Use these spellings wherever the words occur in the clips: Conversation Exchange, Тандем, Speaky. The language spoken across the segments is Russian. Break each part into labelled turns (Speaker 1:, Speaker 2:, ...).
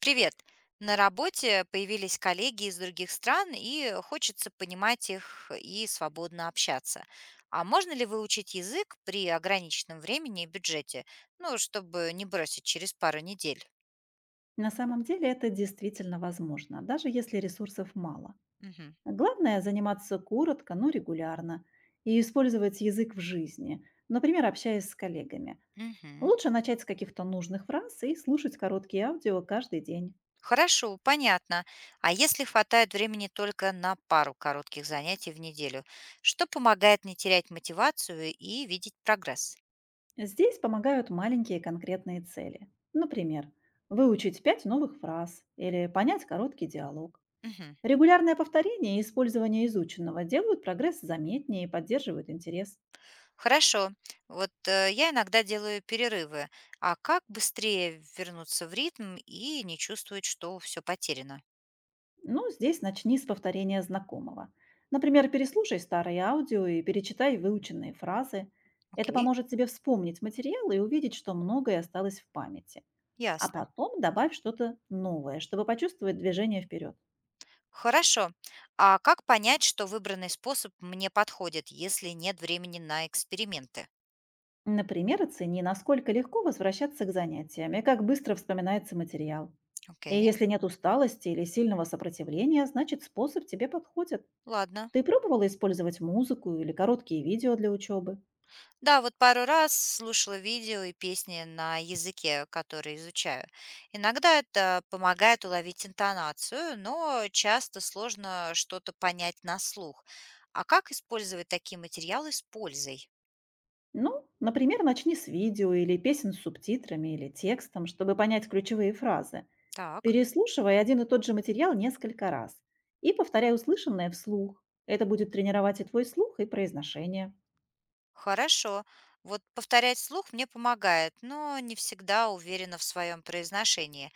Speaker 1: Привет! На работе появились коллеги из других стран, и хочется понимать их и свободно общаться. А можно ли выучить язык при ограниченном времени и бюджете? Ну, чтобы не бросить через пару недель.
Speaker 2: На самом деле это действительно возможно, даже если ресурсов мало.
Speaker 1: Мгм.
Speaker 2: Главное– заниматься коротко, но регулярно и использовать язык в жизни, например, общаясь с коллегами.
Speaker 1: Мгм.
Speaker 2: Лучше начать с каких-то нужных фраз и слушать короткие аудио каждый день.
Speaker 1: Хорошо, понятно. А если хватает времени только на пару коротких занятий в неделю, что помогает не терять мотивацию и видеть прогресс?
Speaker 2: Здесь помогают маленькие конкретные цели. Например, выучить пять новых фраз или понять короткий диалог.
Speaker 1: Мгм.
Speaker 2: Регулярное повторение и использование изученного делают прогресс заметнее и поддерживают интерес.
Speaker 1: Хорошо. Я иногда делаю перерывы. А как быстрее вернуться в ритм и не чувствовать, что все потеряно?
Speaker 2: Ну, здесь начни с повторения знакомого. Например, переслушай старые аудио и перечитай выученные фразы. Это
Speaker 1: Окей,
Speaker 2: поможет тебе вспомнить материал и увидеть, что многое осталось в памяти. А
Speaker 1: ясно.
Speaker 2: потом добавь что-то новое, чтобы почувствовать движение вперед.
Speaker 1: Хорошо. А как понять, что выбранный способ мне подходит, если нет времени на эксперименты?
Speaker 2: Например, оцени, насколько легко возвращаться к занятиям и как быстро вспоминается материал.
Speaker 1: Окей,
Speaker 2: И если нет усталости или сильного сопротивления, значит способ тебе подходит.
Speaker 1: ладно.
Speaker 2: Ты пробовала использовать музыку или короткие видео для учебы?
Speaker 1: Да, вот пару раз слушала видео и песни на языке, который изучаю. Иногда это помогает уловить интонацию, но часто сложно что-то понять на слух. А как использовать такие материалы с пользой?
Speaker 2: Ну, например, начни с видео или песен с субтитрами или текстом, чтобы понять ключевые фразы.
Speaker 1: Так,
Speaker 2: Переслушивай один и тот же материал несколько раз и повторяй услышанное вслух. Это будет тренировать и твой слух, и произношение.
Speaker 1: хорошо. Вот повторять слух мне помогает, но не всегда уверена в своем произношении.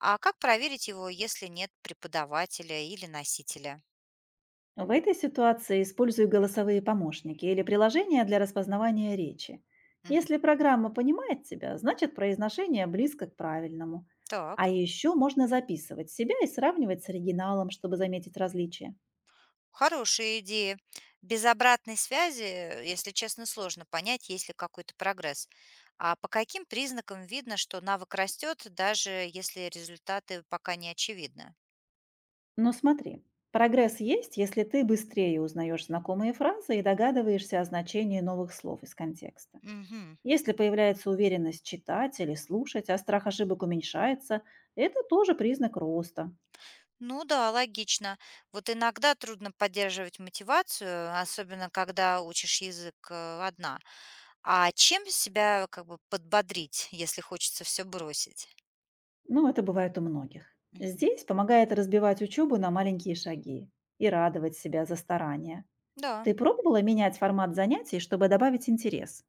Speaker 1: А как проверить его, если нет преподавателя или носителя?
Speaker 2: В этой ситуации используй голосовые помощники или приложения для распознавания речи. Если
Speaker 1: Мгм.
Speaker 2: программа понимает тебя, значит произношение близко к правильному. А
Speaker 1: Так.
Speaker 2: еще можно записывать себя и сравнивать с оригиналом, чтобы заметить различия.
Speaker 1: Хорошая идея. Без обратной связи, если честно, сложно понять, есть ли какой-то прогресс. А по каким признакам видно, что навык растет, даже если результаты пока не очевидны?
Speaker 2: Но смотри, прогресс есть, если ты быстрее узнаешь знакомые фразы и догадываешься о значении новых слов из контекста.
Speaker 1: Мгм.
Speaker 2: Если появляется уверенность читать или слушать, а страх ошибок уменьшается, это тоже признак роста.
Speaker 1: Ну да, логично. Вот иногда трудно поддерживать мотивацию, особенно когда учишь язык, одна. А чем себя как бы подбодрить, если хочется все бросить?
Speaker 2: Ну, это бывает у многих.
Speaker 1: Мгм.
Speaker 2: Здесь помогает разбивать учебу на маленькие шаги и радовать себя за старания.
Speaker 1: Да.
Speaker 2: Ты пробовала менять формат занятий, чтобы добавить интерес?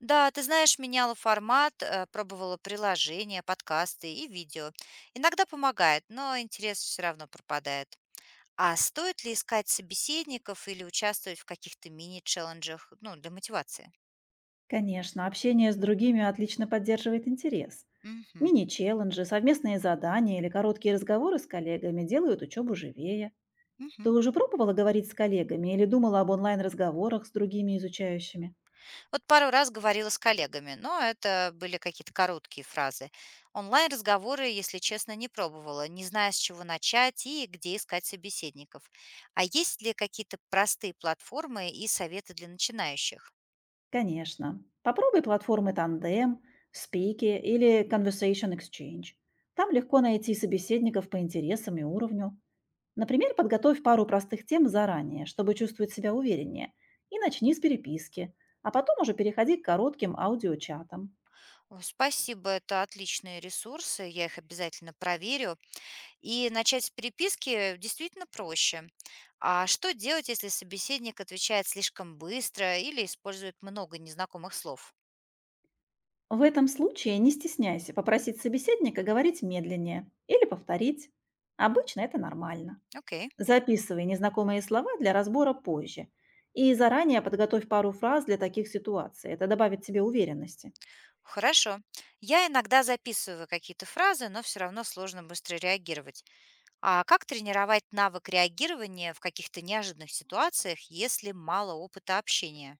Speaker 1: Да, ты знаешь, меняла формат, пробовала приложения, подкасты и видео. Иногда помогает, но интерес все равно пропадает. А стоит ли искать собеседников или участвовать в каких-то мини-челленджах, ну, для мотивации?
Speaker 2: Конечно, общение с другими отлично поддерживает интерес.
Speaker 1: Мгм.
Speaker 2: Мини-челленджи, совместные задания или короткие разговоры с коллегами делают учебу живее.
Speaker 1: Мгм.
Speaker 2: Ты уже пробовала говорить с коллегами или думала об онлайн-разговорах с другими изучающими?
Speaker 1: Вот пару раз говорила с коллегами, но это были какие-то короткие фразы. Онлайн-разговоры, если честно, не пробовала, не зная, с чего начать и где искать собеседников. А есть ли какие-то простые платформы и советы для начинающих?
Speaker 2: Конечно. Попробуй платформы Тандем, Speaky или Conversation Exchange. Там легко найти собеседников по интересам и уровню. Например, подготовь пару простых тем заранее, чтобы чувствовать себя увереннее, и начни с переписки, а потом уже переходи к коротким аудиочатам.
Speaker 1: Ой, спасибо, это отличные ресурсы, я их обязательно проверю. И начать с переписки действительно проще. А что делать, если собеседник отвечает слишком быстро или использует много незнакомых слов?
Speaker 2: В этом случае не стесняйся попросить собеседника говорить медленнее или повторить. Обычно это нормально.
Speaker 1: Окей,
Speaker 2: Записывай незнакомые слова для разбора позже. И заранее подготовь пару фраз для таких ситуаций. Это добавит тебе уверенности.
Speaker 1: хорошо. Я иногда записываю какие-то фразы, но все равно сложно быстро реагировать. А как тренировать навык реагирования в каких-то неожиданных ситуациях, если мало опыта общения?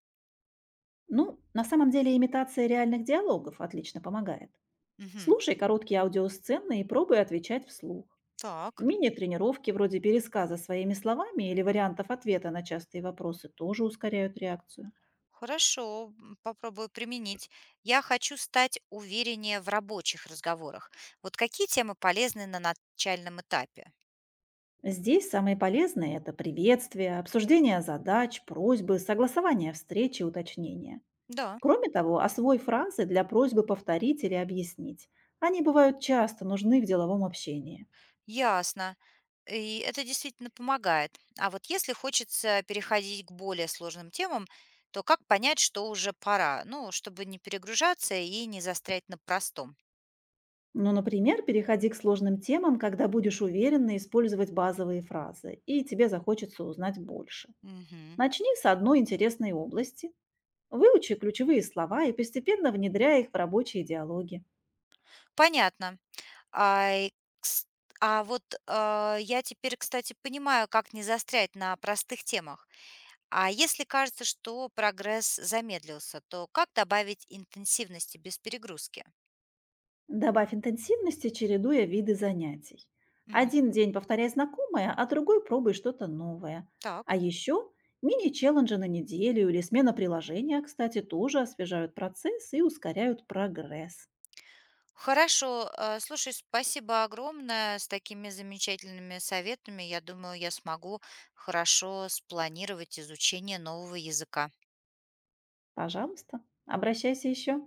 Speaker 2: Ну, на самом деле имитация реальных диалогов отлично помогает.
Speaker 1: Мгм.
Speaker 2: Слушай короткие аудиосцены и пробуй отвечать вслух.
Speaker 1: Так.
Speaker 2: Мини-тренировки вроде пересказа своими словами или вариантов ответа на частые вопросы тоже ускоряют реакцию.
Speaker 1: Хорошо, попробую применить. Я хочу стать увереннее в рабочих разговорах. Вот какие темы полезны на начальном этапе?
Speaker 2: Здесь самые полезные– это приветствие, обсуждение задач, просьбы, согласование встречи, уточнения.
Speaker 1: Да,
Speaker 2: Кроме того, освой фразы для просьбы повторить или объяснить. Они бывают часто нужны в деловом общении.
Speaker 1: ясно. И это действительно помогает. А вот если хочется переходить к более сложным темам, то как понять, что уже пора? Ну, чтобы не перегружаться и не застрять на простом.
Speaker 2: Ну, например, переходи к сложным темам, когда будешь уверенно использовать базовые фразы, и тебе захочется узнать больше.
Speaker 1: Мгм.
Speaker 2: Начни с одной интересной области, выучи ключевые слова и постепенно внедряй их в рабочие диалоги.
Speaker 1: Понятно. А, и кс- а вот я теперь, кстати, понимаю, как не застрять на простых темах. А если кажется, что прогресс замедлился, то как добавить интенсивности без перегрузки?
Speaker 2: Добавь интенсивности, чередуя виды занятий.
Speaker 1: Мгм.
Speaker 2: Один день повторяй знакомое, а другой пробуй что-то новое. А
Speaker 1: Так.
Speaker 2: еще мини-челленджи на неделю или смена приложения, кстати, тоже освежают процесс и ускоряют прогресс.
Speaker 1: Хорошо. Слушай, спасибо огромное с такими замечательными советами. Я думаю, я смогу хорошо спланировать изучение нового языка.
Speaker 2: Пожалуйста, обращайся еще.